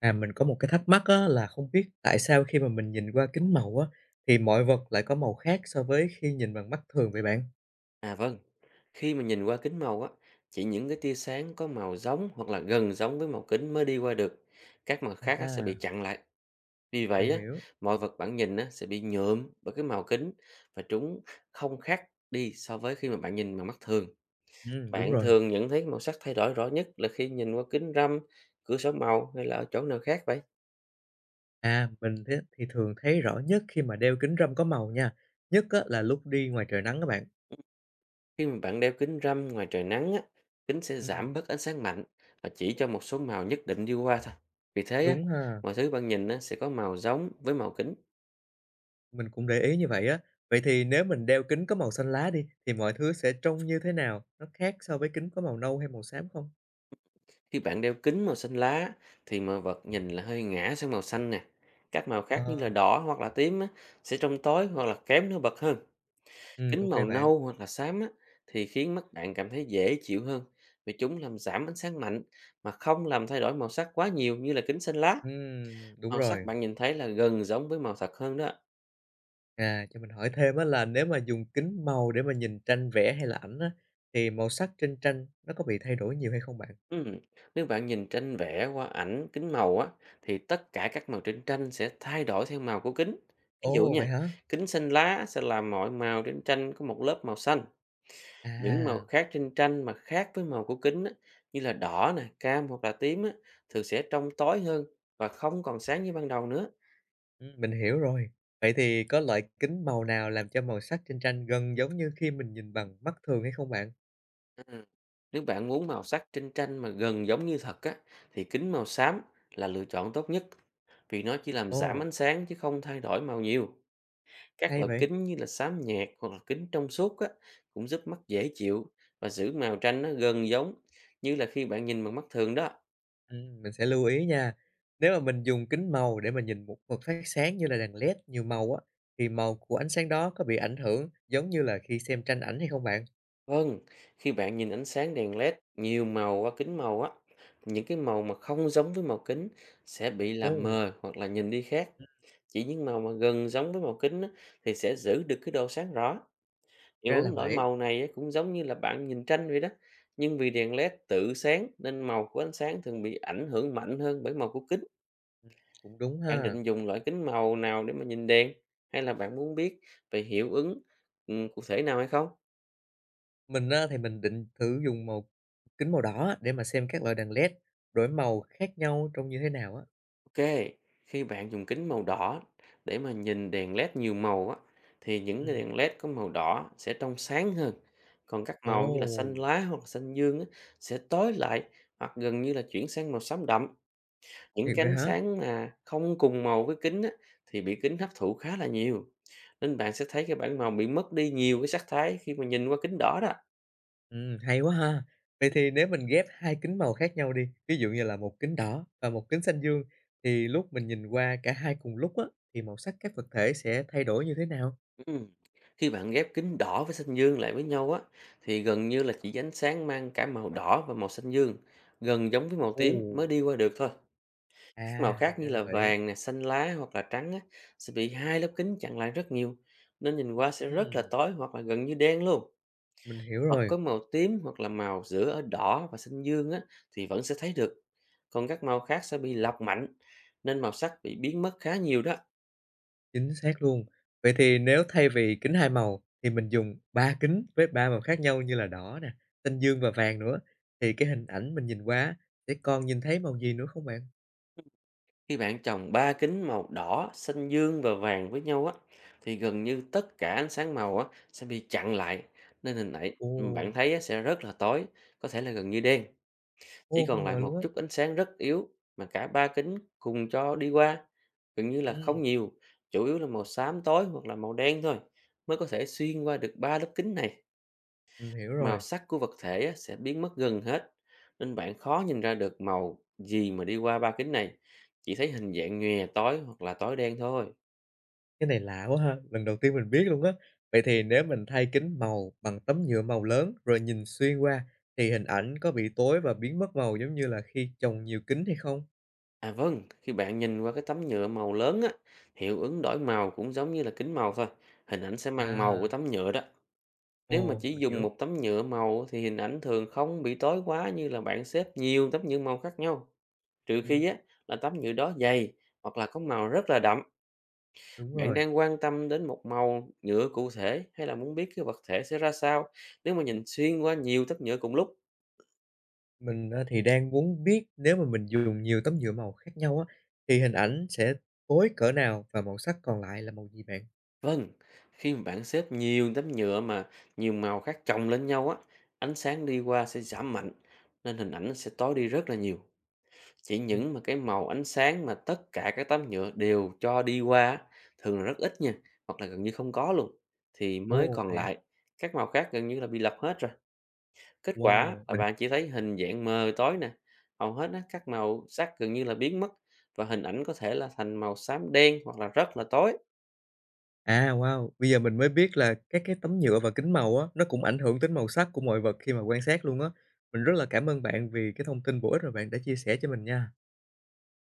À, mình có một cái thắc mắc á, là không biết tại sao khi mà mình nhìn qua kính màu á, thì mọi vật lại có màu khác so với khi nhìn bằng mắt thường vậy bạn? À vâng, khi mà nhìn qua kính màu á, chỉ những cái tia sáng có màu giống hoặc là gần giống với màu kính mới đi qua được. Các màu khác á, sẽ bị À, chặn lại. Vì mình vậy á, hiểu. mọi vật bạn nhìn á, sẽ bị nhuộm bởi cái màu kính và chúng không khác đi so với khi mà bạn nhìn bằng mắt thường. Đúng Bạn rồi. thường nhận thấy màu sắc thay đổi rõ nhất là khi nhìn qua kính râm, cửa sổ màu hay là ở chỗ nào khác vậy? À, mình thế thì thường thấy rõ nhất khi mà đeo kính râm có màu nha, nhất á, là lúc đi ngoài trời nắng các bạn. Khi mà bạn đeo kính râm ngoài trời nắng á, kính sẽ Ừm, giảm bớt ánh sáng mạnh và chỉ cho một số màu nhất định đi qua thôi. Vì thế á, đúng ha, mọi thứ bạn nhìn á, sẽ có màu giống với màu kính. mình cũng để ý như vậy á. Vậy thì nếu mình đeo kính có màu xanh lá đi, thì mọi thứ sẽ trông như thế nào? Nó khác so với kính có màu nâu hay màu xám không? Khi bạn đeo kính màu xanh lá thì mọi vật nhìn là hơi ngã sang màu xanh nè. Các màu khác như là Ờ, đỏ hoặc là tím á, sẽ trong tối hoặc là kém nổi bật hơn. Kính ok màu bạn. nâu hoặc là xám á, thì khiến mắt bạn cảm thấy dễ chịu hơn vì chúng làm giảm ánh sáng mạnh mà không làm thay đổi màu sắc quá nhiều như là kính xanh lá. Đúng Màu sắc rồi. bạn nhìn thấy là gần giống với màu thật hơn đó. À, cho mình hỏi thêm á là nếu mà dùng kính màu để mà nhìn tranh vẽ hay là ảnh á, thì màu sắc trên tranh nó có bị thay đổi nhiều hay không bạn? Ừm, Nếu bạn nhìn tranh vẽ qua ảnh kính màu á, thì tất cả các màu trên tranh sẽ thay đổi theo màu của kính. Ví dụ Ồ, nha, vậy hả? kính xanh lá sẽ làm mọi màu trên tranh có một lớp màu xanh. Những màu À, khác trên tranh mà khác với màu của kính á, như là đỏ nè, cam hoặc là tím á, thường sẽ trông tối hơn và không còn sáng như ban đầu nữa. ừ, mình hiểu rồi. Vậy thì có loại kính màu nào làm cho màu sắc trên tranh gần giống như khi mình nhìn bằng mắt thường hay không bạn? À, nếu bạn muốn màu sắc trên tranh mà gần giống như thật á, thì kính màu xám là lựa chọn tốt nhất vì nó chỉ làm giảm Ồ, ánh sáng chứ không thay đổi màu nhiều. Các hay loại vậy. kính như là xám nhạt hoặc là kính trong suốt á, cũng giúp mắt dễ chịu và giữ màu tranh nó gần giống như là khi bạn nhìn bằng mắt thường đó. Ừ, mình sẽ lưu ý nha. Nếu mà mình dùng kính màu để mà nhìn một vật phát sáng như là đèn LED nhiều màu á, thì màu của ánh sáng đó có bị ảnh hưởng giống như là khi xem tranh ảnh hay không bạn? Vâng, khi bạn nhìn ánh sáng đèn LED nhiều màu qua kính màu á, thì những cái màu mà không giống với màu kính sẽ bị làm Ồ, mờ hoặc là nhìn đi khác. Chỉ những màu mà gần giống với màu kính á, thì sẽ giữ được cái độ sáng rõ. Hiệu ra là ứng đổi vậy. màu này á, cũng giống như là bạn nhìn tranh vậy đó. Nhưng vì đèn LED tự sáng nên màu của ánh sáng thường bị ảnh hưởng mạnh hơn bởi màu của kính. Ừm, cũng đúng Bạn ha. định dùng loại kính màu nào để mà nhìn đèn? Hay là bạn muốn biết về hiệu ứng, cụ thể nào hay không? Mình á, thì mình định thử dùng màu kính màu đỏ á, để mà xem các loại đèn LED đổi màu khác nhau trông như thế nào á. OK, khi bạn dùng kính màu đỏ để mà nhìn đèn LED nhiều màu á, thì những cái Ừm. đèn LED có màu đỏ sẽ trong sáng hơn, còn các màu như là Ồ, xanh lá hoặc là xanh dương á, sẽ tối lại hoặc gần như là chuyển sang màu xám đậm. Những thiệt cái vậy ánh hả? sáng mà không cùng màu với kính á, thì bị kính hấp thụ khá là nhiều, nên bạn sẽ thấy cái bảng màu bị mất đi nhiều cái sắc thái khi mà nhìn qua kính đỏ đó. Hay quá ha. Vậy thì nếu mình ghép 2 kính màu khác nhau đi, ví dụ như là một kính đỏ và một kính xanh dương, thì lúc mình nhìn qua cả hai cùng lúc á, thì màu sắc các vật thể sẽ thay đổi như thế nào? Ừm, khi bạn ghép kính đỏ với xanh dương lại với nhau á, thì gần như là chỉ ánh sáng mang cả màu đỏ và màu xanh dương, gần giống với màu Ồ, tím mới đi qua được thôi. Các màu à, khác thì như ra là là vậy. vàng nè, xanh lá hoặc là trắng á, sẽ bị hai lớp kính chặn lại rất nhiều nên nhìn qua Ừm, sẽ rất là ừm, tối hoặc là gần như đen luôn. mình hiểu Vật rồi. có màu tím hoặc là màu giữa ở đỏ và xanh dương á, thì vẫn sẽ thấy được. Còn các màu khác sẽ bị lọc mạnh nên màu sắc bị biến mất khá nhiều đó. Chính xác luôn. Vậy thì nếu thay vì kính 2 màu thì mình dùng 3 kính với 3 màu khác nhau như là đỏ nè, xanh dương và vàng nữa, thì cái hình ảnh mình nhìn qua sẽ còn nhìn thấy màu gì nữa không bạn? Khi bạn trồng ba kính màu đỏ, xanh dương và vàng với nhau á, thì gần như tất cả ánh sáng màu á sẽ bị chặn lại, nên hình ảnh Ồ, bạn thấy á, sẽ rất là tối, có thể là gần như đen. Chỉ ô, còn không lại ngờ một luôn á. chút ánh sáng rất yếu mà cả ba kính cùng cho đi qua, gần như là Ừm, không nhiều, chủ yếu là màu xám tối hoặc là màu đen thôi, mới có thể xuyên qua được ba lớp kính này. mình hiểu Màu rồi. sắc của vật thể á, sẽ biến mất gần hết, nên bạn khó nhìn ra được màu gì mà đi qua ba kính này, chỉ thấy hình dạng nhòe tối hoặc là tối đen thôi. Cái này lạ quá ha, lần đầu tiên mình biết luôn á. Vậy thì nếu mình thay kính màu bằng tấm nhựa màu lớn rồi nhìn xuyên qua thì hình ảnh có bị tối và biến mất màu giống như là khi chồng nhiều kính hay không? À vâng, khi bạn nhìn qua cái tấm nhựa màu lớn á, hiệu ứng đổi màu cũng giống như là kính màu thôi. Hình ảnh sẽ mang màu À, của tấm nhựa đó. Nếu mà ồ, chỉ mình dùng hiểu. một tấm nhựa màu á, thì hình ảnh thường không bị tối quá như là bạn xếp nhiều tấm nhựa màu khác nhau. Trừ khi Ừm, á, là tấm nhựa đó dày hoặc là có màu rất là đậm. đúng Bạn rồi. đang quan tâm đến một màu nhựa cụ thể hay là muốn biết cái vật thể sẽ ra sao nếu mà nhìn xuyên qua nhiều tấm nhựa cùng lúc? Mình á thì đang muốn biết nếu mà mình dùng nhiều tấm nhựa màu khác nhau á, thì hình ảnh sẽ tối cỡ nào và màu sắc còn lại là màu gì bạn? Vâng, khi mà bạn xếp nhiều tấm nhựa mà nhiều màu khác chồng lên nhau á, ánh sáng đi qua sẽ giảm mạnh nên hình ảnh nó sẽ tối đi rất là nhiều. Chỉ Ừm. những mà cái màu ánh sáng mà tất cả các tấm nhựa đều cho đi qua á, thường là rất ít nha, hoặc là gần như không có luôn thì mới Ồ, còn vậy. lại. Các màu khác gần như là bị lọc hết rồi. Kết quả Wow, là bạn chỉ thấy hình dạng mờ tối nè, hầu hết á, các màu sắc gần như là biến mất và hình ảnh có thể là thành màu xám đen hoặc là rất là tối. à, wow, bây giờ mình mới biết là các cái tấm nhựa và kính màu á, nó cũng ảnh hưởng đến màu sắc của mọi vật khi mà quan sát luôn á. Mình rất là cảm ơn bạn vì cái thông tin bổ ích mà bạn đã chia sẻ cho mình nha.